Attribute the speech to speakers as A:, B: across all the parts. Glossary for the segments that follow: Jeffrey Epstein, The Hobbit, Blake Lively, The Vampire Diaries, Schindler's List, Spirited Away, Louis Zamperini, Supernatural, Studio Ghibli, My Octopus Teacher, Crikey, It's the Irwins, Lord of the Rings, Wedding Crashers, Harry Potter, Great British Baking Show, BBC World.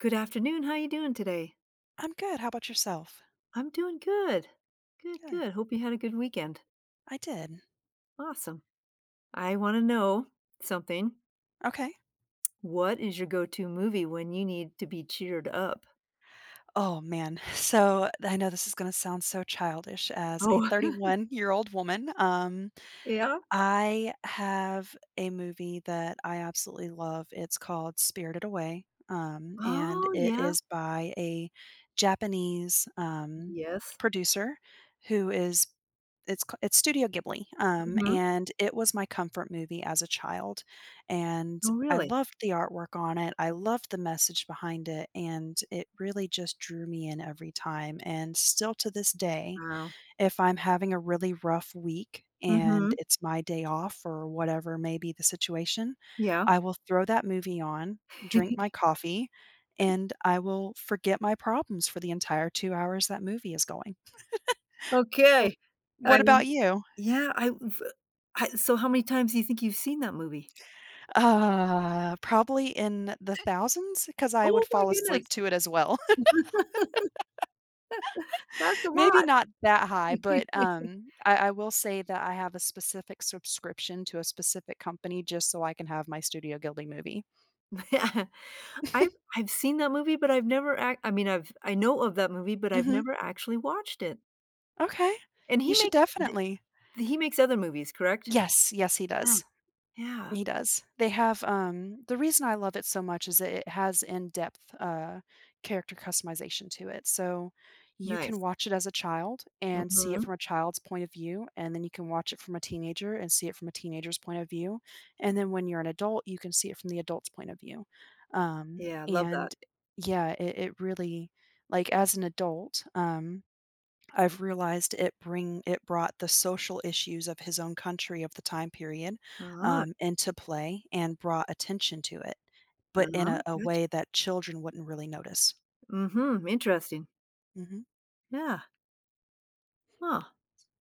A: Good afternoon. How you doing today?
B: I'm good. How about yourself?
A: I'm doing good. Good,
B: Good.
A: good. Hope you had a good weekend.
B: I did.
A: Awesome. I want to know something.
B: Okay.
A: What is your go-to movie when you need to be cheered up?
B: Oh, man. So I know this is going to sound so childish as a
A: Oh,
B: 31-year-old woman.
A: yeah?
B: I have a movie that I absolutely love. It's called Spirited Away, and
A: Oh,
B: it
A: yeah.
B: is by a Japanese
A: Yes.
B: producer who is it's Studio Ghibli,
A: Mhm.
B: and it was my comfort movie as a child, and
A: Oh,
B: I
A: really?
B: loved the artwork on it. I loved the message behind it, and it really just drew me in every time. And still to this day,
A: Wow.
B: if I'm having a really rough week and
A: Mhm.
B: it's my day off or whatever may be the situation,
A: Yeah.
B: I will throw that movie on, drink my coffee, and I will forget my problems for the entire 2 hours that movie is going. Well,
A: Okay.
B: what
A: I
B: about
A: want
B: you?
A: Yeah, I v I so how many times do you think you've seen that movie?
B: Probably in the thousands, because I would
A: Oh my
B: fall asleep
A: goodness.
B: to it as well.
A: That's a
B: Maybe
A: lot.
B: not that high, but, I will say that I have a specific subscription to a specific company just so I can have my Studio Ghibli movie.
A: I've I've seen that movie, but I've never ac I mean, I've I know of that movie, but I've
B: Mhm.
A: never actually watched it.
B: Okay.
A: And
B: You
A: he
B: should
A: makes th
B: definitely.
A: he makes other movies, correct?
B: Yes, yes, he
A: Yeah,
B: does.
A: yeah,
B: He does. They have, the reason I love it so much is that it has in-depth, character customization to it, so you can
A: nice.
B: watch it as a child and see it
A: Mhm.
B: from a child's point of view, and then you can watch it from a teenager and see it from a teenager's point of view, and then when you're an adult, you can see it from the adult's point of view. Um,
A: Yeah, love that.
B: and yeah, it really, like, as an adult, I've realized it brought the social issues of his own country of the time period,
A: Uh-huh,
B: into play and brought attention to it, but in a
A: uh-huh, gotcha.
B: way that children wouldn't really notice.
A: Mhm, interesting.
B: Mhm.
A: Yeah, huh.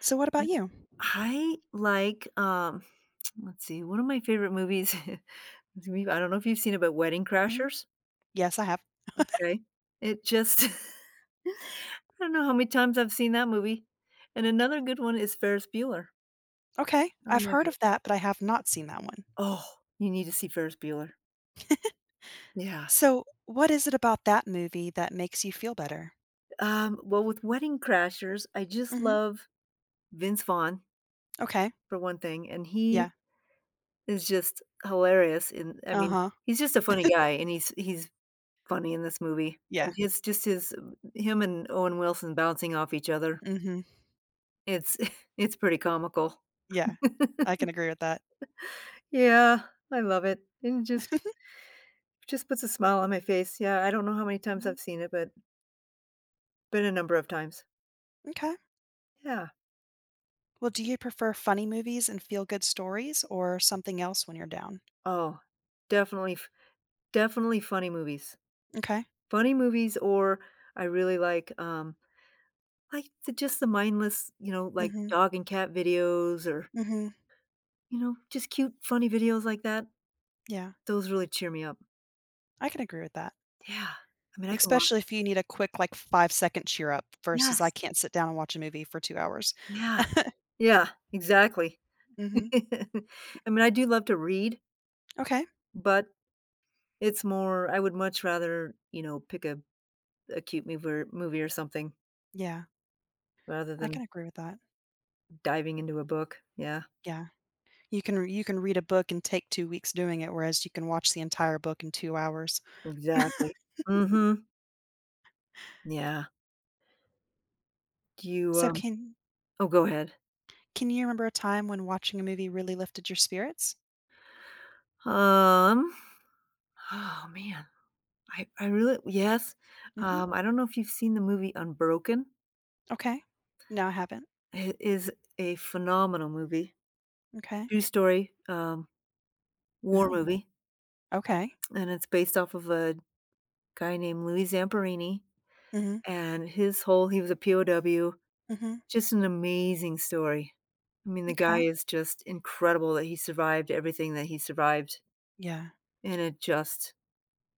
B: So what about
A: Yeah,
B: you?
A: I like, let's see, one of my favorite movies is a movie- I don't know if you've seen it, but Wedding
B: Mhm.
A: Crashers?
B: Yes, I have.
A: Okay. It just I don't know how many times I've seen that movie. And another good one is Ferris Bueller.
B: Okay,
A: Oh
B: I've
A: my
B: heard of
A: gosh.
B: that, but I have not seen that one.
A: Oh, you need to see Ferris Bueller. Yeah.
B: So, what is it about that movie that makes you feel better?
A: Well, with Wedding Crashers, I just
B: Mhm.
A: love Vince Vaughn
B: Okay.
A: for one thing, and he
B: Yeah.
A: is just hilarious. In I mean,
B: Uh-huh.
A: he's just a funny guy, and he's funny in this movie. And
B: Yeah.
A: his just his him and Owen Wilson bouncing off each other.
B: Mhm.
A: It's it's pretty comical.
B: Yeah. I can agree with that.
A: Yeah, I love it. And just puts a smile on my face. Yeah, I don't know how many times
B: Mhm.
A: I've seen it, but been a number of times.
B: M'kay.
A: Yeah.
B: Well, do you prefer funny movies and feel good stories or something else when you're down?
A: Oh, definitely f definitely funny movies.
B: Okay.
A: Funny movies or I really like, the just the mindless, you know, like,
B: Mhm.
A: dog and cat videos or,
B: Mhm.
A: you know, just cute, funny videos like that.
B: Yeah.
A: Those really cheer me up.
B: I can agree with that.
A: Yeah. I mean, I can watch.
B: Especially if you need a quick like 5-second cheer up versus I
A: Yes.
B: can't sit down and watch a movie for 2 hours.
A: Yeah. Yeah, exactly.
B: Mhm.
A: I mean, I do love to read,
B: Okay.
A: but it's more I would much rather, you know, pick a cute movie, or movie or something
B: Yeah.
A: rather
B: I
A: than
B: can agree with that.
A: diving into a book. Yeah,
B: Yeah. You can read a book and take 2 weeks doing it whereas you can watch the entire book in 2 hours.
A: exactly. Mhm. Yeah. Do you,
B: So can
A: Oh, go ahead.
B: can you remember a time when watching a movie really lifted your spirits?
A: Um, oh, man. I really Yes.
B: Mhm.
A: I don't know if you've seen the movie Unbroken.
B: Okay. No, I haven't.
A: It is a phenomenal movie.
B: Okay.
A: True story, war
B: Ooh.
A: movie,
B: Okay.
A: and it's based off of a guy named Louis Zamperini
B: Mhm.
A: and his whole he was a POW.
B: Mhm.
A: Just an amazing story. I mean, the guy
B: Okay.
A: is just incredible that he survived everything that he survived,
B: Yeah.
A: and it just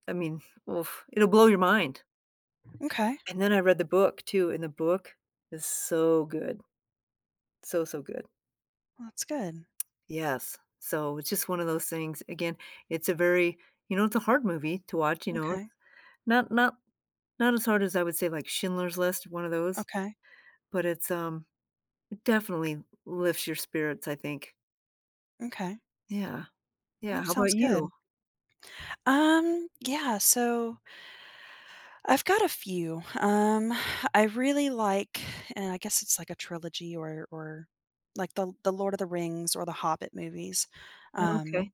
A: I mean, oof, it'll blow your mind.
B: Okay.
A: And then I read the book too, and the book is so good. So, so good.
B: Well, that's good.
A: Yes. So, it's just one of those things, again, it's a very you know, it's a hard movie to watch, you know?
B: Okay.
A: Not not as hard as I would say, like, Schindler's List, one of those,
B: Okay.
A: but it's, it definitely lifts your spirits, I think.
B: Okay.
A: Yeah.
B: Well,
A: Yeah,
B: that
A: how about
B: sounds
A: you?
B: good. Yeah, so I've got a few. I really and I guess it's like a trilogy or like the Lord of the Rings or the Hobbit movies.
A: Okay.
B: Um,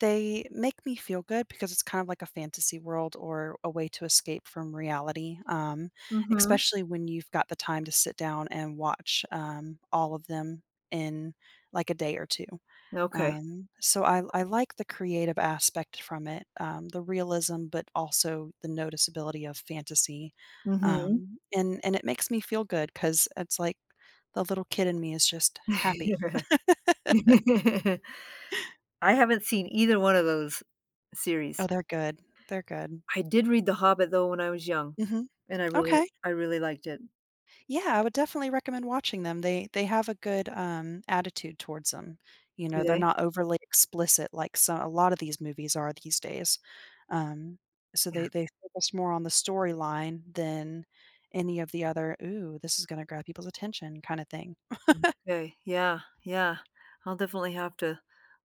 B: They make me feel good because it's kind of like a fantasy world or a way to escape from reality,
A: Mhm.
B: especially when you've got the time to sit down and watch, all of them in, like, a day or 2.
A: Okay.
B: So I like the creative aspect from it, the realism, but also the noticeability of fantasy,
A: Mhm.
B: and it makes me feel good because it's like the little kid in me is just happy.
A: I haven't seen either one of those
B: Oh,
A: series.
B: they're good. They're good.
A: I did read The Hobbit, though, when I was young,
B: Mhm.
A: and I really
B: Okay.
A: I really liked it.
B: Yeah, I would definitely recommend watching them. They have a good, attitude towards them. You
A: Do
B: know, they're
A: they?
B: not overly explicit like some a lot of these movies are these days. Um, so
A: Yeah.
B: they they focus more on the storyline than any of the other, "Ooh, this is gonna grab people's attention," kinda thing.
A: Okay. Yeah, yeah. I'll definitely have to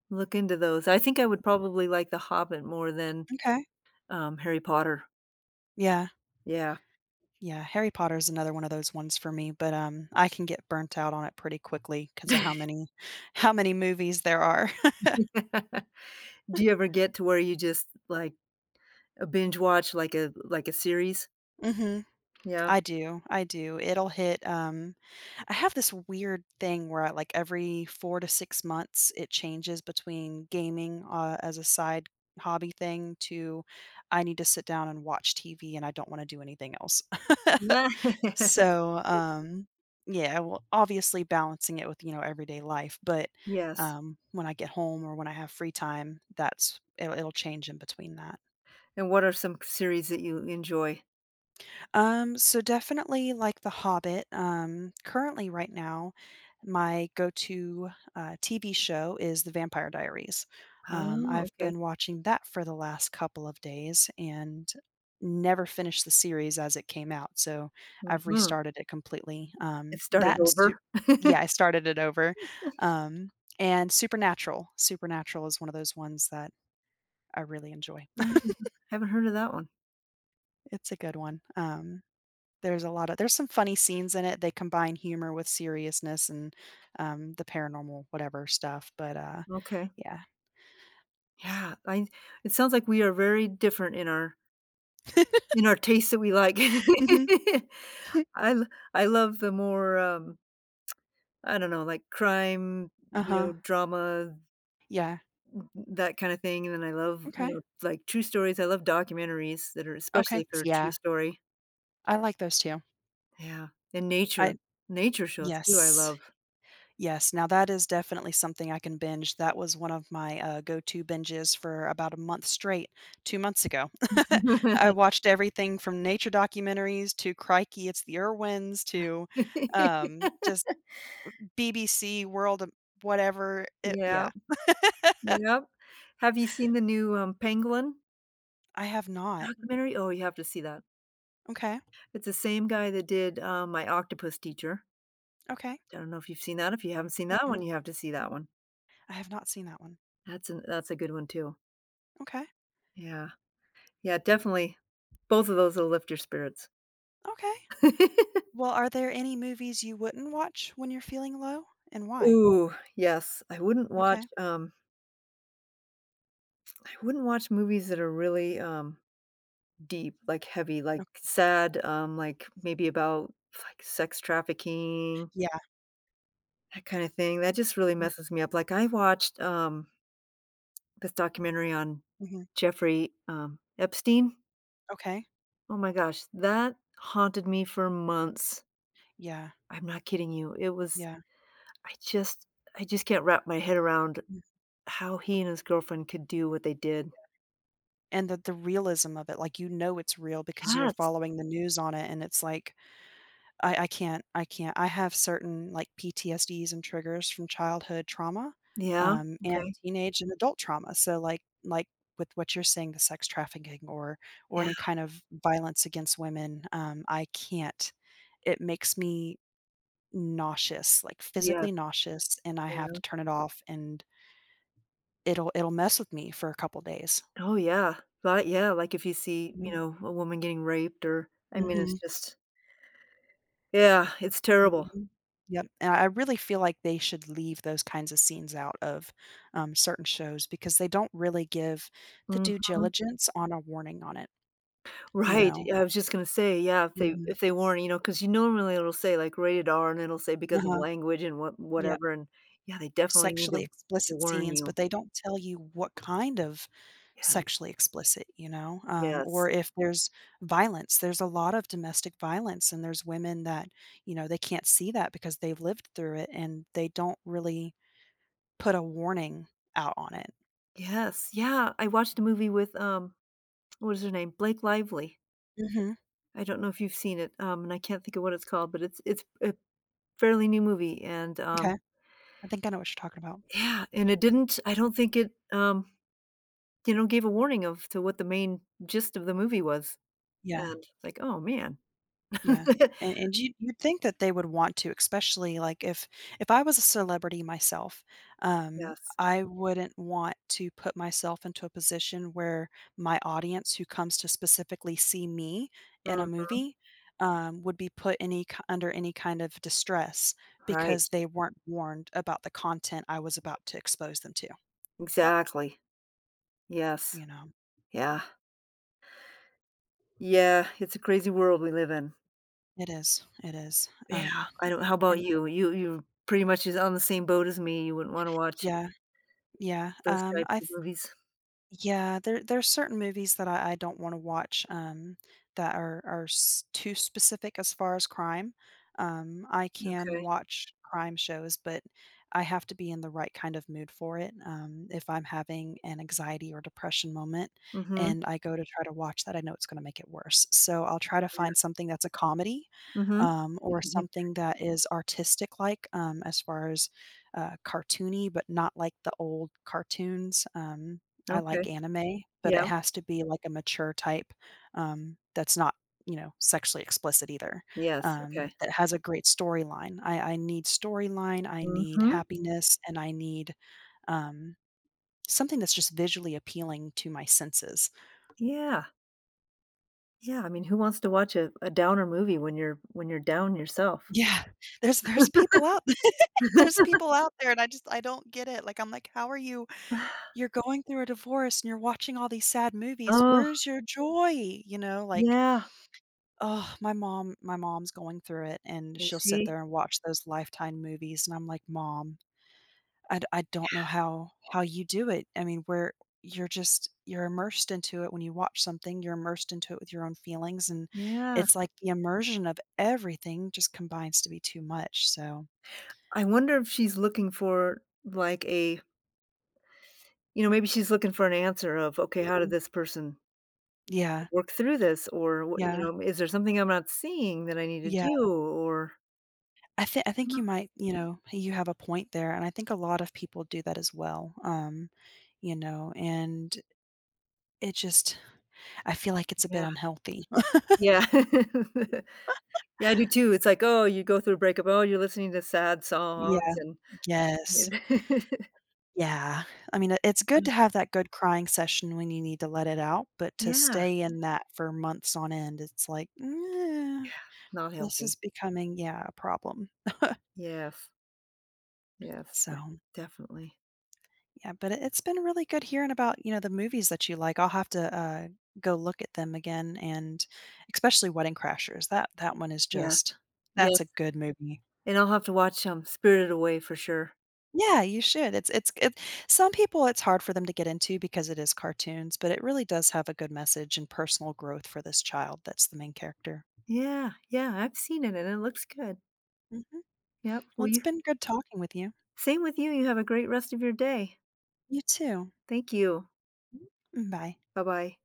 A: look into those. I think I would probably like The Hobbit more than,
B: Okay.
A: Harry Potter.
B: Yeah.
A: Yeah.
B: Yeah, Harry Potter is another one of those ones for me, but, I can get burnt out on it pretty quickly because of how many how many movies there are.
A: Do you ever get to where you just, like, a binge watch, like, a series?
B: Mhm.
A: Yeah.
B: I do. It'll hit, I have this weird thing where I, like every 4 to 6 months it changes between gaming, as a side hobby thing to I need to sit down and watch TV and I don't wanna do anything else. So, yeah, well, obviously balancing it with, you know, everyday life, but,
A: Yes.
B: when I get home or when I have free time, that's it'll change in between that.
A: And what are some series that you enjoy?
B: So definitely like The Hobbit. Currently right now, my go-to TV show is The Vampire Diaries.
A: Oh,
B: I've
A: okay.
B: been watching that for the last couple of days and never finished the series as it came out. So I've
A: Mhm.
B: restarted it completely.
A: It started over.
B: Yeah, I started it over. Um, and Supernatural. Supernatural is one of those ones that I really enjoy.
A: I Haven't heard of that one.
B: It's a good one. There's a lot of There's some funny scenes in it. They combine humor with seriousness and, the paranormal whatever stuff, but
A: Okay.
B: yeah.
A: Yeah, I it sounds like we are very different in our tastes that we like.
B: Mhm.
A: I l I love the more, I don't know, like crime, you
B: Uh-huh.
A: know, drama,
B: Yeah.
A: that kinda thing, and then I love,
B: Okay.
A: you know, like, true stories. I love documentaries that are especially
B: Okay.
A: if they're
B: S
A: a true
B: Yeah.
A: story.
B: I like those too.
A: Yeah, and
B: I
A: nature. Nature shows too, I
B: Yes.
A: love.
B: Yes. Now that is definitely something I can binge. That was one of my, go-to binges for about a month straight 2 months ago. I watched everything from nature documentaries to Crikey, It's the Irwins to, just BBC World of whatever it yeah,
A: Yeah, yeah. Have you seen the new, Penguin
B: I have not.
A: documentary? Oh, you have to see that.
B: Okay,
A: It's the same guy that did, My Octopus Teacher.
B: okay.
A: I don't know if you've seen that. If you haven't seen that one,
B: Mm-mm.
A: you have to see that one.
B: I have not seen that one.
A: That's a good one too.
B: Okay,
A: Yeah. Yeah, definitely. Both of those will lift your spirits.
B: okay. Well, are there any movies you wouldn't watch when you're feeling low, and why?
A: Ooh, yes.
B: Okay,
A: I wouldn't watch movies that are really, deep, like heavy, like
B: ok
A: sad, like maybe about, like, sex trafficking.
B: Yeah,
A: That kinda thing, that just really
B: mm,
A: messes me up. Like, I watched, this documentary on
B: mhm,
A: Jeffrey, Epstein.
B: okay.
A: Oh my gosh, that haunted me for months.
B: Yeah,
A: I'm not kidding you. It was
B: yeah,
A: I just I just can't wrap my head around
B: mm,
A: how he and his girlfriend could do what they did.
B: yeah, and the realism of it, like, you know it's real because you're
A: Yes.
B: following the news on it, and it's like I can't, I can't. I have certain, like, PTSDs and triggers from childhood trauma,
A: Yeah,
B: and
A: okay.
B: teenage and adult trauma, so, with what you're saying, the sex trafficking or
A: Yeah,
B: any kind of violence against women, I can't. It makes me nauseous, like,
A: yeah,
B: physically nauseous, and I have
A: yeah.
B: to turn it off, and it'll mess with me for a couple days.
A: Oh, yeah. But, yeah, like, if you see, you
B: Mhm.
A: know, a woman getting raped or I mean,
B: Mhm.
A: it's just yeah, it's terrible.
B: Mhm. Yep, and I really feel like they should leave those kinds of scenes out of, certain shows because they don't really give the
A: Mhm.
B: due diligence on a warning on it, you
A: Right,
B: know?
A: yeah, I was just gonna say, yeah, if they
B: Mhm.
A: if they warn, you know, because you normally it'll say, like, rated R, and it'll say because of
B: Uh-huh.
A: language and what
B: Yep.
A: whatever, and yeah, they definitely need
B: Sexually
A: to
B: explicit
A: warn
B: scenes, but
A: you.
B: they don't tell you what kind of
A: Yes,
B: sexually explicit, you know? Or
A: yes,
B: if there's violence, there's a lot of domestic violence, and there's women that, you know, they can't see that because they've lived through it, and they don't really put a warning out on it.
A: yes, yeah, I watched a movie with, what is her name? Blake Lively.
B: Mhm.
A: I don't know if you've seen it, and I can't think of what it's called, but it's a fairly new movie, and,
B: Okay. I think I know what you're talking about.
A: yeah, and it didn't I don't think it, you know, gave a warning of to what the main gist of the movie was, and
B: Yeah,
A: it's like, "Oh, man."
B: yeah. And you you'd think that they would want to, especially, like, if I was a celebrity myself, um,
A: Yes.
B: I wouldn't want to put myself into a position where my audience who comes to specifically see me in a
A: Mm,
B: movie, would be put any ki under any kind of distress because
A: right,
B: they weren't warned about the content I was about to expose them to,
A: exactly. Yes.
B: you know?
A: Yeah. Yeah, it's a crazy world we live in.
B: It is, it is.
A: Yeah. I don't how about
B: And
A: you? You pretty much is on the same boat as me, you wouldn't wanna watch
B: Yeah, yeah.
A: those types
B: I
A: of movies.
B: Yeah, there there's certain movies that I don't want to watch that too specific as far as crime. I can
A: Okay.
B: watch crime shows, but I have to be in the right kind of mood for it. If I'm having an anxiety or depression moment,
A: Mhm.
B: and I go to try to watch that, I know it's going to make it worse. So I'll try to
A: Yeah.
B: find something that's a comedy,
A: Mhm.
B: or
A: Mhm.
B: something that is artistic like, as far as cartoony, but not like the old cartoons. I
A: Okay.
B: like anime, but it
A: Yeah.
B: has to be like a mature type, that's not, you know, sexually explicit either,
A: Yes, okay.
B: that has a great storyline. I need storyline, I need
A: Mhm.
B: happiness, and I need, um, something that's just visually appealing to my senses.
A: Yeah. Yeah, I mean, who wants to watch a downer movie when you're down yourself?
B: Yeah, there's people out there there's people out there, and I just I don't get it. Like, I'm like, "How are you you're going through a divorce and you're watching all these sad movies.
A: Oh,
B: Where's your joy?" You know, like
A: yeah.
B: Oh, my mom's going through it, and she'll
A: Is
B: sit
A: she?
B: there and watch those Lifetime movies, and I'm like, "Mom, I don't know how you do it." I mean, where you're just you're immersed into it when you watch something, you're immersed into it with your own feelings, and
A: Yeah.
B: it's like the immersion of everything just combines to be too much, so
A: I wonder if she's looking for, like, a You know, maybe she's looking for an answer of, "Okay, how did
B: Mhm.
A: this person
B: Yeah,
A: work through this?" Or, what you
B: yeah,
A: know, "Is there something I'm not seeing that I need to
B: yeah.
A: do?" Or
B: I think you
A: Oh,
B: might you know, you have a point there, and I think a lot of people do that as well, you know, and It just I feel like it's a bit
A: yeah.
B: unhealthy.
A: Yeah. Yeah, I do too. It's like, oh, you go through a breakup, oh, you're listening to sad
B: Yeah.
A: songs and
B: Yes. Yeah. I mean, it- it's good to have that good crying session when you need to let it out, but to
A: yeah,
B: stay in that for months on end, it's like, "Mm,
A: not
B: this is
A: healthy.
B: becoming, yeah, a problem."
A: Yes, yes,
B: So,
A: definitely.
B: yeah, but it's been really good hearing about, you know, the movies that you like. I'll have to, go look at them again and especially Wedding Crashers. That one is
A: Yes,
B: just
A: yes,
B: that's a good movie.
A: and I'll have to watch, Spirited Away for sure.
B: Yeah, you should. It's it Some people, it's hard for them to get into because it is cartoons, but it really does have a good message and personal growth for this child that's the main character.
A: Yeah, yeah, I've seen it and it looks good.
B: Mhm.
A: Yep,
B: Well,
A: well,
B: it's
A: you
B: been good talking with you.
A: Same with you, you have a great rest of your day.
B: You too.
A: Thank you.
B: Mm, bye.
A: Bye bye.